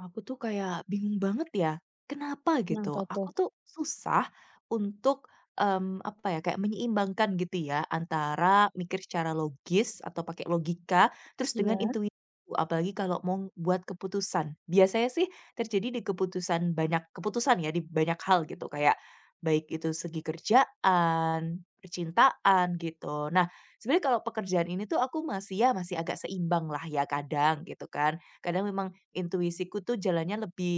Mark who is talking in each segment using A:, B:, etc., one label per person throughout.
A: Aku tuh kayak bingung banget ya, kenapa gitu?
B: Kenapa
A: Aku
B: tuh?
A: tuh susah untuk, apa ya, kayak menyeimbangkan gitu ya, antara mikir secara logis atau pakai logika, terus dengan
B: Iya,
A: intuisi apalagi kalau mau buat keputusan. Biasanya sih terjadi di keputusan banyak keputusan ya, di banyak hal gitu, kayak baik itu segi kerjaan, percintaan, gitu. Nah, sebenarnya kalau pekerjaan ini tuh aku masih ya, masih agak seimbang lah ya kadang, gitu kan. Kadang memang intuisiku tuh jalannya lebih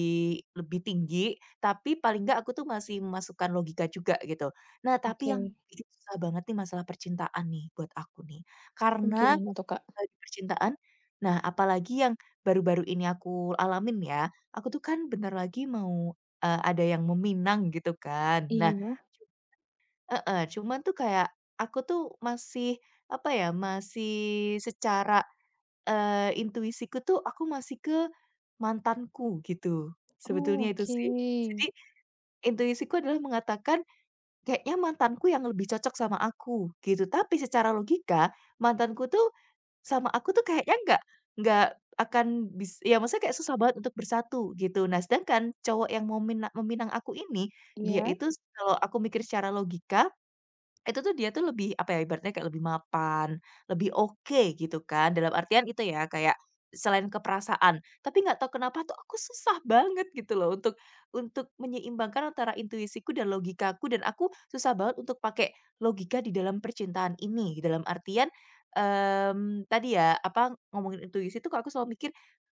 A: lebih tinggi, tapi paling nggak aku tuh masih memasukkan logika juga gitu. Nah, tapi yang
B: oke.
A: bikin susah banget nih masalah percintaan nih buat aku nih.
B: Oh,
A: Karena,
B: gimana tuh, Kak?
A: di percintaan nah apalagi yang baru-baru ini aku alamin ya, aku tuh kan bentar lagi mau, ada yang meminang gitu kan. Nah
B: Iya?
A: cu heeh, cuman tuh kayak aku tuh masih, apa ya, masih secara, intuisiku tuh aku masih ke mantanku gitu,
B: Oh,
A: sebetulnya itu
B: oke.
A: sih. Jadi intuisiku adalah mengatakan, kayaknya mantanku yang lebih cocok sama aku gitu, tapi secara logika mantanku tuh sama aku tuh kayaknya nggak akan ya maksudnya kayak susah banget untuk bersatu gitu. Nah sedangkan cowok yang mau meminang aku ini, dia
B: Iya?
A: itu kalau aku mikir secara logika, itu tuh dia tuh lebih, apa ya, ibaratnya kayak lebih mapan, lebih oke gitu kan, dalam artian itu ya, kayak selain keperasaan, tapi nggak tahu kenapa tuh aku susah banget gitu loh untuk menyeimbangkan antara intuisiku dan logikaku dan aku susah banget untuk pakai logika di dalam percintaan ini. Dalam artian, tadi ya, apa, ngomongin intuisi tuh aku selalu mikir,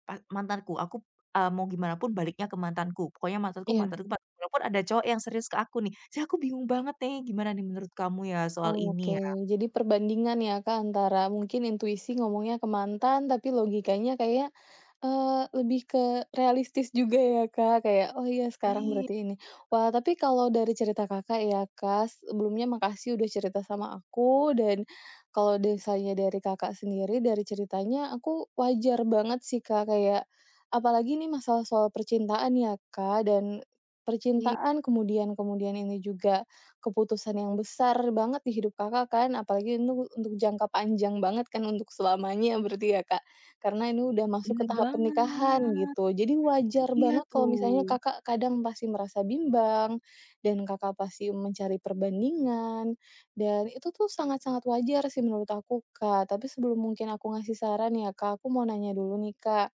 A: mantanku, aku, mau gimana pun baliknya ke mantanku, pokoknya mantanku
B: Iya?
A: mantanku mantanku, walaupun ada cowok yang serius ke aku nih. Jadi aku bingung banget nih, gimana nih menurut kamu ya soal ini
B: Oke,
A: ya?
B: jadi perbandingan ya, Kak, antara mungkin intuisi ngomongnya ke mantan, tapi logikanya kayak lebih ke realistis juga ya, Kak, kayak, "Oh iya sekarang
A: Iya
B: berarti ini." Wah, tapi kalau dari cerita Kakak ya, Kak, sebelumnya makasih udah cerita sama aku. Dan kalau misalnya dari Kakak sendiri, dari ceritanya aku wajar banget sih, Kak, kayak apalagi ini masalah soal percintaan ya, Kak, dan
A: iya,
B: percintaan kemudian kemudian ini juga keputusan yang besar banget di hidup Kakak kan, apalagi untuk jangka panjang banget kan, untuk selamanya berarti ya, Kak, karena ini udah masuk ke
A: bener
B: tahap pernikahan
A: banget,
B: gitu. Jadi
A: itu
B: wajar
A: dia
B: banget kalau
A: tuh.
B: misalnya Kakak kadang pasti merasa bimbang dan Kakak pasti mencari perbandingan, dan itu tuh sangat-sangat wajar sih menurut aku, Kak. Tapi sebelum mungkin aku ngasih saran ya, Kak, aku mau nanya dulu nih, Kak.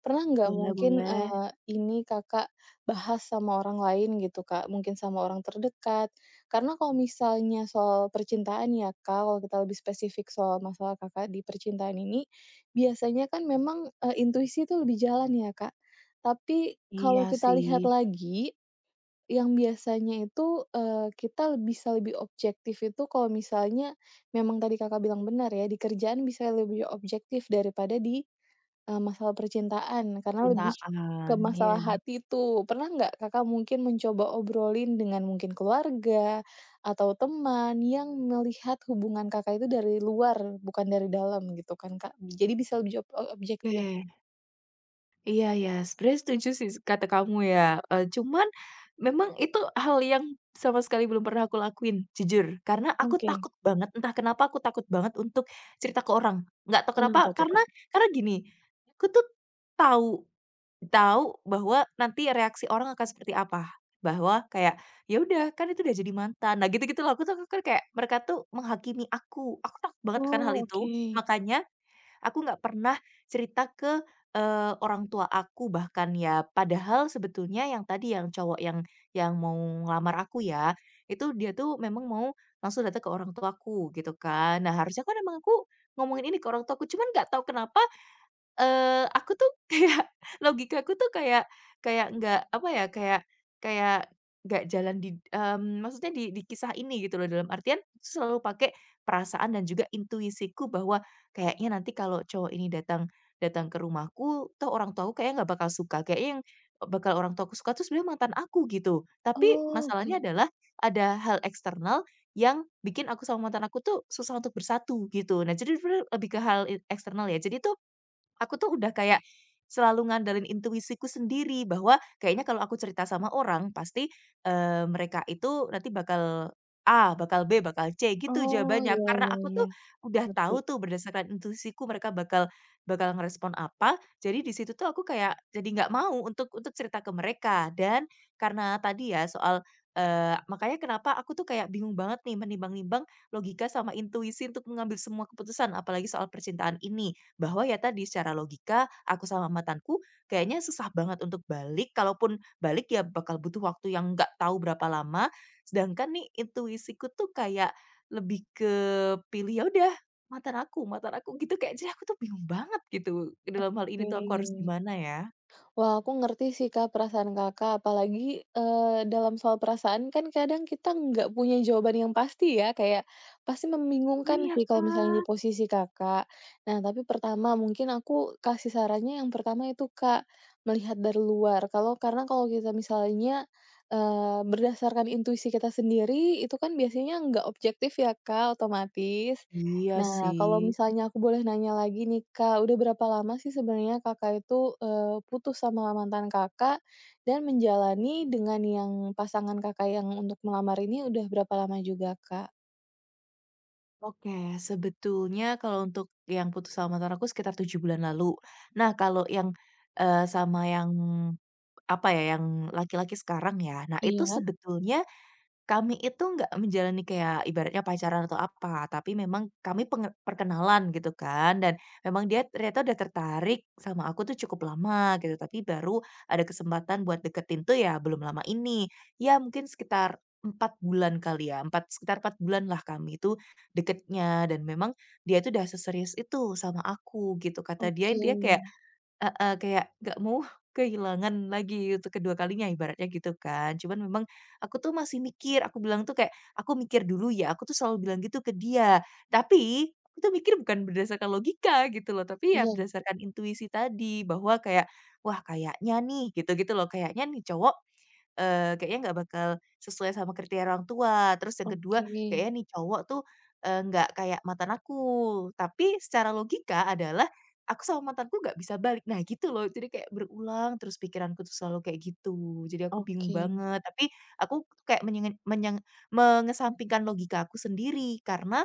B: Pernah nggak
A: Boleh
B: mungkin,
A: boleh.
B: ini Kakak bahas sama orang lain gitu, Kak? Mungkin sama orang terdekat? Karena kalau misalnya soal percintaan ya, Kak, kalau kita lebih spesifik soal masalah Kakak di percintaan ini, biasanya kan memang, intuisi itu lebih jalan ya, Kak. Tapi kalau
A: Iya
B: kita
A: sih,
B: lihat lagi, yang biasanya itu, kita bisa lebih objektif itu kalau misalnya memang tadi Kakak bilang benar ya, di kerjaan bisa lebih objektif daripada di masalah percintaan karena lebih ke
A: cintaan, iya.
B: masalah hati tuh. Pernah nggak Kakak mungkin mencoba obrolin dengan mungkin keluarga atau teman yang melihat hubungan Kakak itu dari luar bukan dari dalam gitu kan, Kak? Jadi bisa lebih objektif.
A: Oke. Iya ya, sebenarnya setuju sih kata kamu ya, cuman memang itu hal yang sama sekali belum pernah aku lakuin, jujur. Karena aku
B: Oke.
A: takut banget, entah kenapa aku takut banget untuk cerita ke orang, nggak tahu kenapa,
B: Kenapa tuh, Kak?
A: karena gini, aku tuh tahu tahu bahwa nanti reaksi orang akan seperti apa, bahwa kayak, "Ya udah, kan itu udah jadi mantan." Nah gitu-gitu loh, aku tuh kan kayak mereka tuh menghakimi aku takut banget akan hal
B: Oh,
A: itu,
B: oke.
A: makanya aku nggak pernah cerita ke, orang tua aku bahkan ya. Padahal sebetulnya yang tadi yang cowok yang mau ngelamar aku ya, itu dia tuh memang mau langsung datang ke orang tuaku gitu kan. Nah harusnya kan emang aku ngomongin ini ke orang tuaku, cuman nggak tahu kenapa aku tuh kayak logikaku tuh kayak kayak nggak apa ya, kayak kayak nggak jalan di maksudnya di kisah ini gitu loh, dalam artian selalu pakai perasaan dan juga intuisiku bahwa kayaknya nanti kalau cowok ini datang datang ke rumahku, tuh orang tuaku kayaknya nggak bakal suka, kayaknya yang bakal orang tuaku suka tuh sebenarnya mantan aku gitu. Tapi
B: Oh, oke.
A: masalahnya adalah ada hal eksternal yang bikin aku sama mantan aku tuh susah untuk bersatu gitu. Nah, jadi sebenarnya lebih ke hal eksternal ya. Jadi itu aku tuh udah kayak selalu ngandelin intuisiku sendiri bahwa kayaknya kalau aku cerita sama orang pasti, mereka itu nanti bakal A, bakal B, bakal C gitu
B: Oh,
A: jawabannya.
B: iya
A: Karena
B: iya
A: aku tuh
B: iya.
A: udah
B: Ngerti.
A: tahu tuh berdasarkan intuisiku mereka bakal bakal ngerespon apa, jadi di situ tuh aku kayak jadi nggak mau untuk cerita ke mereka. Dan karena tadi ya soal, makanya kenapa aku tuh kayak bingung banget nih menimbang-nimbang logika sama intuisi untuk mengambil semua keputusan apalagi soal percintaan ini. Bahwa ya tadi, secara logika aku sama mantanku kayaknya susah banget untuk balik, kalaupun balik ya bakal butuh waktu yang nggak tahu berapa lama. Sedangkan nih intuisiku tuh kayak lebih ke pilih, "Ya udah mantan aku," gitu kayak jadi aku tuh bingung banget gitu, dalam hal ini tuh aku harus
B: Oke.
A: gimana ya?
B: Wah, aku ngerti sih, Kak, perasaan Kakak, apalagi, dalam soal perasaan kan kadang kita nggak punya jawaban yang pasti ya, kayak pasti membingungkan
A: Iya,
B: sih kalau misalnya di
A: Kak.
B: posisi Kakak. Nah, tapi pertama mungkin aku kasih sarannya yang pertama itu, Kak, melihat dari luar. Kalau karena kalau kita misalnya, berdasarkan intuisi kita sendiri, itu kan biasanya nggak objektif ya, Kak, otomatis.
A: Iya
B: Nah, kalau
A: sih.
B: misalnya aku boleh nanya lagi nih, Kak, udah berapa lama sih sebenarnya Kakak itu, putus sama mantan Kakak dan menjalani dengan yang pasangan Kakak yang untuk melamar ini udah berapa lama juga, Kak?
A: Oke, sebetulnya kalau untuk yang putus sama mantan aku sekitar 7 bulan lalu. Nah, kalau yang, sama yang apa ya, yang laki-laki sekarang ya. Nah, itu
B: Iya?
A: sebetulnya kami itu nggak menjalani kayak ibaratnya pacaran atau apa, tapi memang kami perkenalan gitu kan, dan memang dia ternyata udah tertarik sama aku tuh cukup lama gitu, tapi baru ada kesempatan buat deketin tuh ya belum lama ini. Ya mungkin sekitar 4 bulan kali ya, sekitar 4 bulan lah kami itu deketnya, dan memang dia itu udah seserius itu sama aku gitu. Kata dia
B: Oke.
A: intinya kayak, heeh, kayak nggak mau kehilangan lagi untuk kedua kalinya ibaratnya gitu kan. Cuman memang aku tuh masih mikir, aku bilang tuh kayak, "Aku mikir dulu ya," aku tuh selalu bilang gitu ke dia. Tapi, aku tuh mikir bukan berdasarkan logika gitu loh, tapi ya
B: Iya,
A: berdasarkan intuisi tadi bahwa kayak, "Wah kayaknya nih," gitu-gitu loh, "kayaknya nih cowok kayaknya nggak bakal sesuai sama kriteria orang tua. Terus yang kedua,
B: oke.
A: kayaknya nih cowok tuh, nggak kayak mantan aku. Tapi secara logika adalah, aku sama mantanku nggak bisa balik. Nah gitu loh, jadi kayak berulang terus pikiranku tuh selalu kayak gitu. Jadi aku bingung
B: Oke.
A: banget, tapi aku kayak menyenge menyeng mengesampingkan logika aku sendiri, karena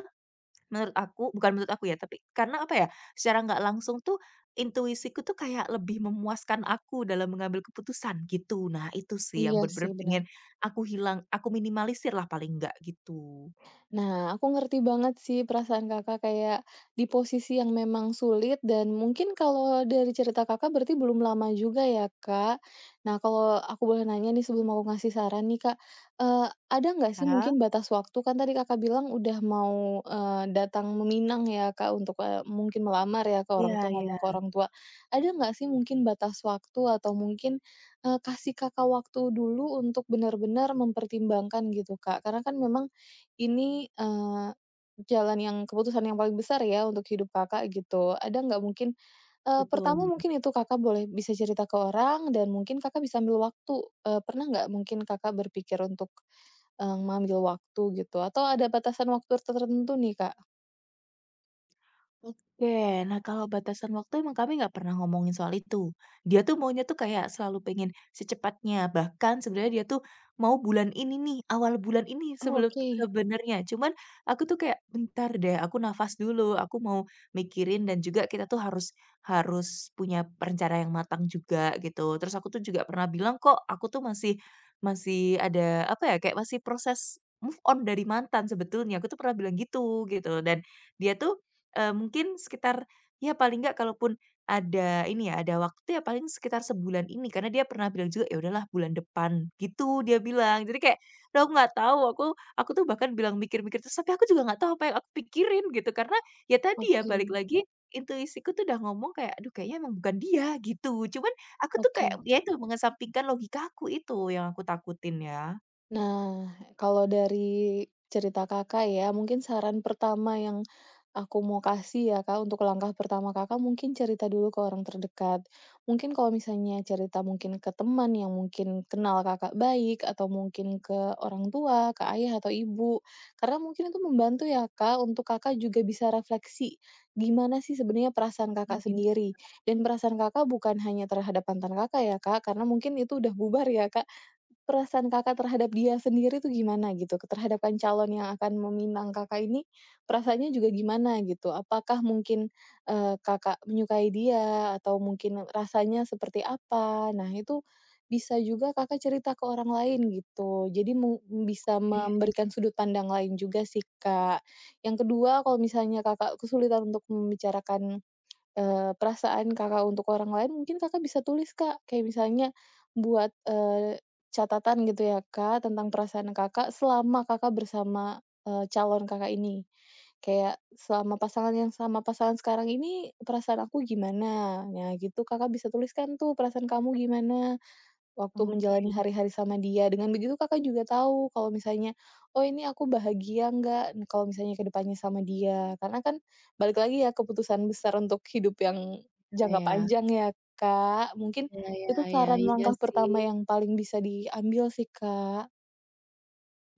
A: Menurut aku bukan menurut aku ya, tapi karena apa ya, secara nggak langsung tuh intuisiku tuh kayak lebih memuaskan aku dalam mengambil keputusan gitu. Nah itu sih yang
B: Iya sih,
A: bener-bener
B: benar.
A: pengen aku minimalisir lah paling nggak gitu.
B: Nah, aku ngerti banget sih perasaan Kakak kayak di posisi yang memang sulit dan mungkin kalau dari cerita Kakak berarti belum lama juga ya, Kak. Nah, kalau aku boleh nanya nih sebelum aku ngasih saran nih, Kak, ada nggak sih
A: Ya,
B: mungkin batas waktu? Kan tadi Kakak bilang udah mau, datang meminang ya, Kak, untuk, mungkin melamar ya ke
A: iya
B: orang tua,
A: iya,
B: ngomong ke orang tua. Ada nggak sih mungkin batas waktu atau mungkin, kasih Kakak waktu dulu untuk benar-benar mempertimbangkan gitu, Kak? Karena kan memang ini, eee, jalan yang keputusan yang paling besar ya untuk hidup Kakak gitu. Ada nggak mungkin pertama
A: betul.
B: mungkin itu Kakak boleh bisa cerita ke orang dan mungkin Kakak bisa ambil waktu, pernah nggak mungkin Kakak berpikir untuk, mengambil waktu gitu atau ada batasan waktu tertentu nih, Kak?
A: Oke, nah kalau batasan waktu emang kami nggak pernah ngomongin soal itu. Dia tuh maunya tuh kayak selalu pengen secepatnya, bahkan sebenarnya dia tuh mau bulan ini nih, awal bulan ini
B: Oh,
A: sebelum
B: oke
A: sebenarnya. Cuman aku tuh kayak bentar deh, aku nafas dulu, aku mau mikirin dan juga kita tuh harus harus punya rencana yang matang juga gitu. Terus aku tuh juga pernah bilang kok aku tuh masih masih ada apa ya, kayak masih proses move on dari mantan sebetulnya. Aku tuh pernah bilang gitu gitu dan dia tuh mungkin sekitar ya paling nggak kalaupun ada ini ya, ada waktu ya paling sekitar sebulan ini, karena dia pernah bilang juga, "Ya udahlah bulan depan," gitu dia bilang. Jadi kayak, "Loh aku nggak tahu," aku tuh bahkan bilang mikir-mikir terus, tapi aku juga nggak tahu apa yang aku pikirin gitu, karena ya tadi ya
B: oke
A: balik lagi, intuisiku tuh udah ngomong kayak, "Aduh kayaknya emang bukan dia," gitu. Cuman aku tuh kayak
B: oke.
A: ya itu mengesampingkan logika aku itu yang aku takutin ya.
B: Nah, kalau dari cerita Kakak ya, mungkin saran pertama yang aku mau kasih ya Kak, untuk langkah pertama Kakak mungkin cerita dulu ke orang terdekat. Mungkin kalau misalnya cerita mungkin ke teman yang mungkin kenal Kakak baik, atau mungkin ke orang tua, ke ayah atau ibu. Karena mungkin itu membantu ya Kak, untuk Kakak juga bisa refleksi, gimana sih sebenarnya perasaan
A: Mmm,
B: Kakak
A: gitu.
B: sendiri. Dan perasaan Kakak bukan hanya terhadap mantan Kakak ya Kak, karena mungkin itu udah bubar ya Kak. Perasaan Kakak terhadap dia sendiri tuh gimana gitu? Terhadap kan calon yang akan meminang Kakak ini, perasaannya juga gimana gitu? Apakah mungkin, Kakak menyukai dia atau mungkin rasanya seperti apa? Nah itu bisa juga Kakak cerita ke orang lain gitu. Jadi mu bisa memberikan sudut pandang lain juga sih, Kak. Yang kedua, kalau misalnya Kakak kesulitan untuk membicarakan perasaan Kakak untuk orang lain mungkin Kakak bisa tulis, Kak. Kayak misalnya buat, catatan gitu ya, Kak, tentang perasaan Kakak selama Kakak bersama, calon Kakak ini. Kayak selama pasangan yang sama pasangan sekarang ini perasaan aku gimana? Nah gitu Kakak bisa tuliskan tuh perasaan kamu gimana? Waktu
A: Oke,
B: menjalani hari-hari sama dia, dengan begitu Kakak juga tahu kalau misalnya, "Oh ini aku bahagia nggak nih kalau misalnya kedepannya sama dia?" Karena kan balik lagi ya keputusan besar untuk hidup yang
A: ya
B: jangka
A: ya.
B: panjang ya, Kak. Mungkin
A: Iya iya
B: itu
A: iya,
B: saran
A: iya
B: langkah
A: sih.
B: pertama yang paling bisa diambil sih, Kak.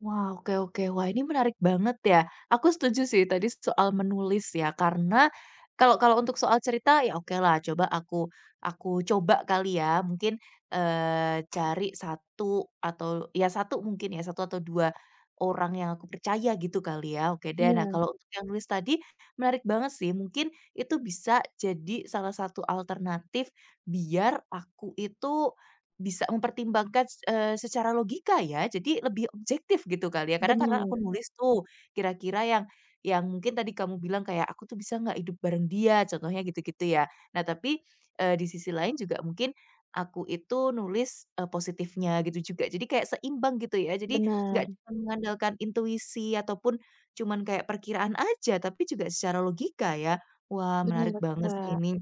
A: Wah, oke oke. Wah, ini menarik banget ya. Aku setuju sih tadi soal menulis ya, karena kalau kalau untuk soal cerita ya oke lah, coba aku coba kali ya mungkin, cari satu atau ya satu mungkin ya, satu atau 2 orang yang aku percaya gitu kali ya, oke deh. Nah
B: Iya,
A: kalau untuk yang nulis tadi menarik banget sih, mungkin itu bisa jadi salah satu alternatif biar aku itu bisa mempertimbangkan, secara logika ya, jadi lebih objektif gitu kali ya, karena
B: benar
A: aku nulis tuh kira-kira yang mungkin tadi kamu bilang kayak, "Aku tuh bisa nggak hidup bareng dia?" Contohnya gitu-gitu ya. Nah tapi, di sisi lain juga mungkin aku itu nulis, positifnya gitu juga. Jadi kayak seimbang gitu ya, jadi nggak
B: benar
A: cuma mengandalkan intuisi ataupun cuman kayak perkiraan aja, tapi juga secara logika ya. Wah menarik
B: benar,
A: banget sih
B: Kak.
A: ini.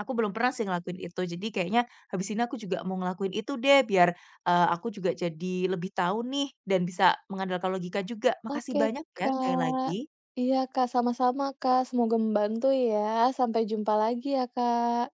A: Aku belum pernah sih ngelakuin itu. Jadi kayaknya habis ini aku juga mau ngelakuin itu deh biar, aku juga jadi lebih tahu nih dan bisa mengandalkan logika juga. Makasih
B: Oke,
A: banyak ya sekali
B: Kak.
A: lagi.
B: Iya, Kak, sama-sama, Kak, semoga membantu ya. Sampai jumpa lagi ya, Kak.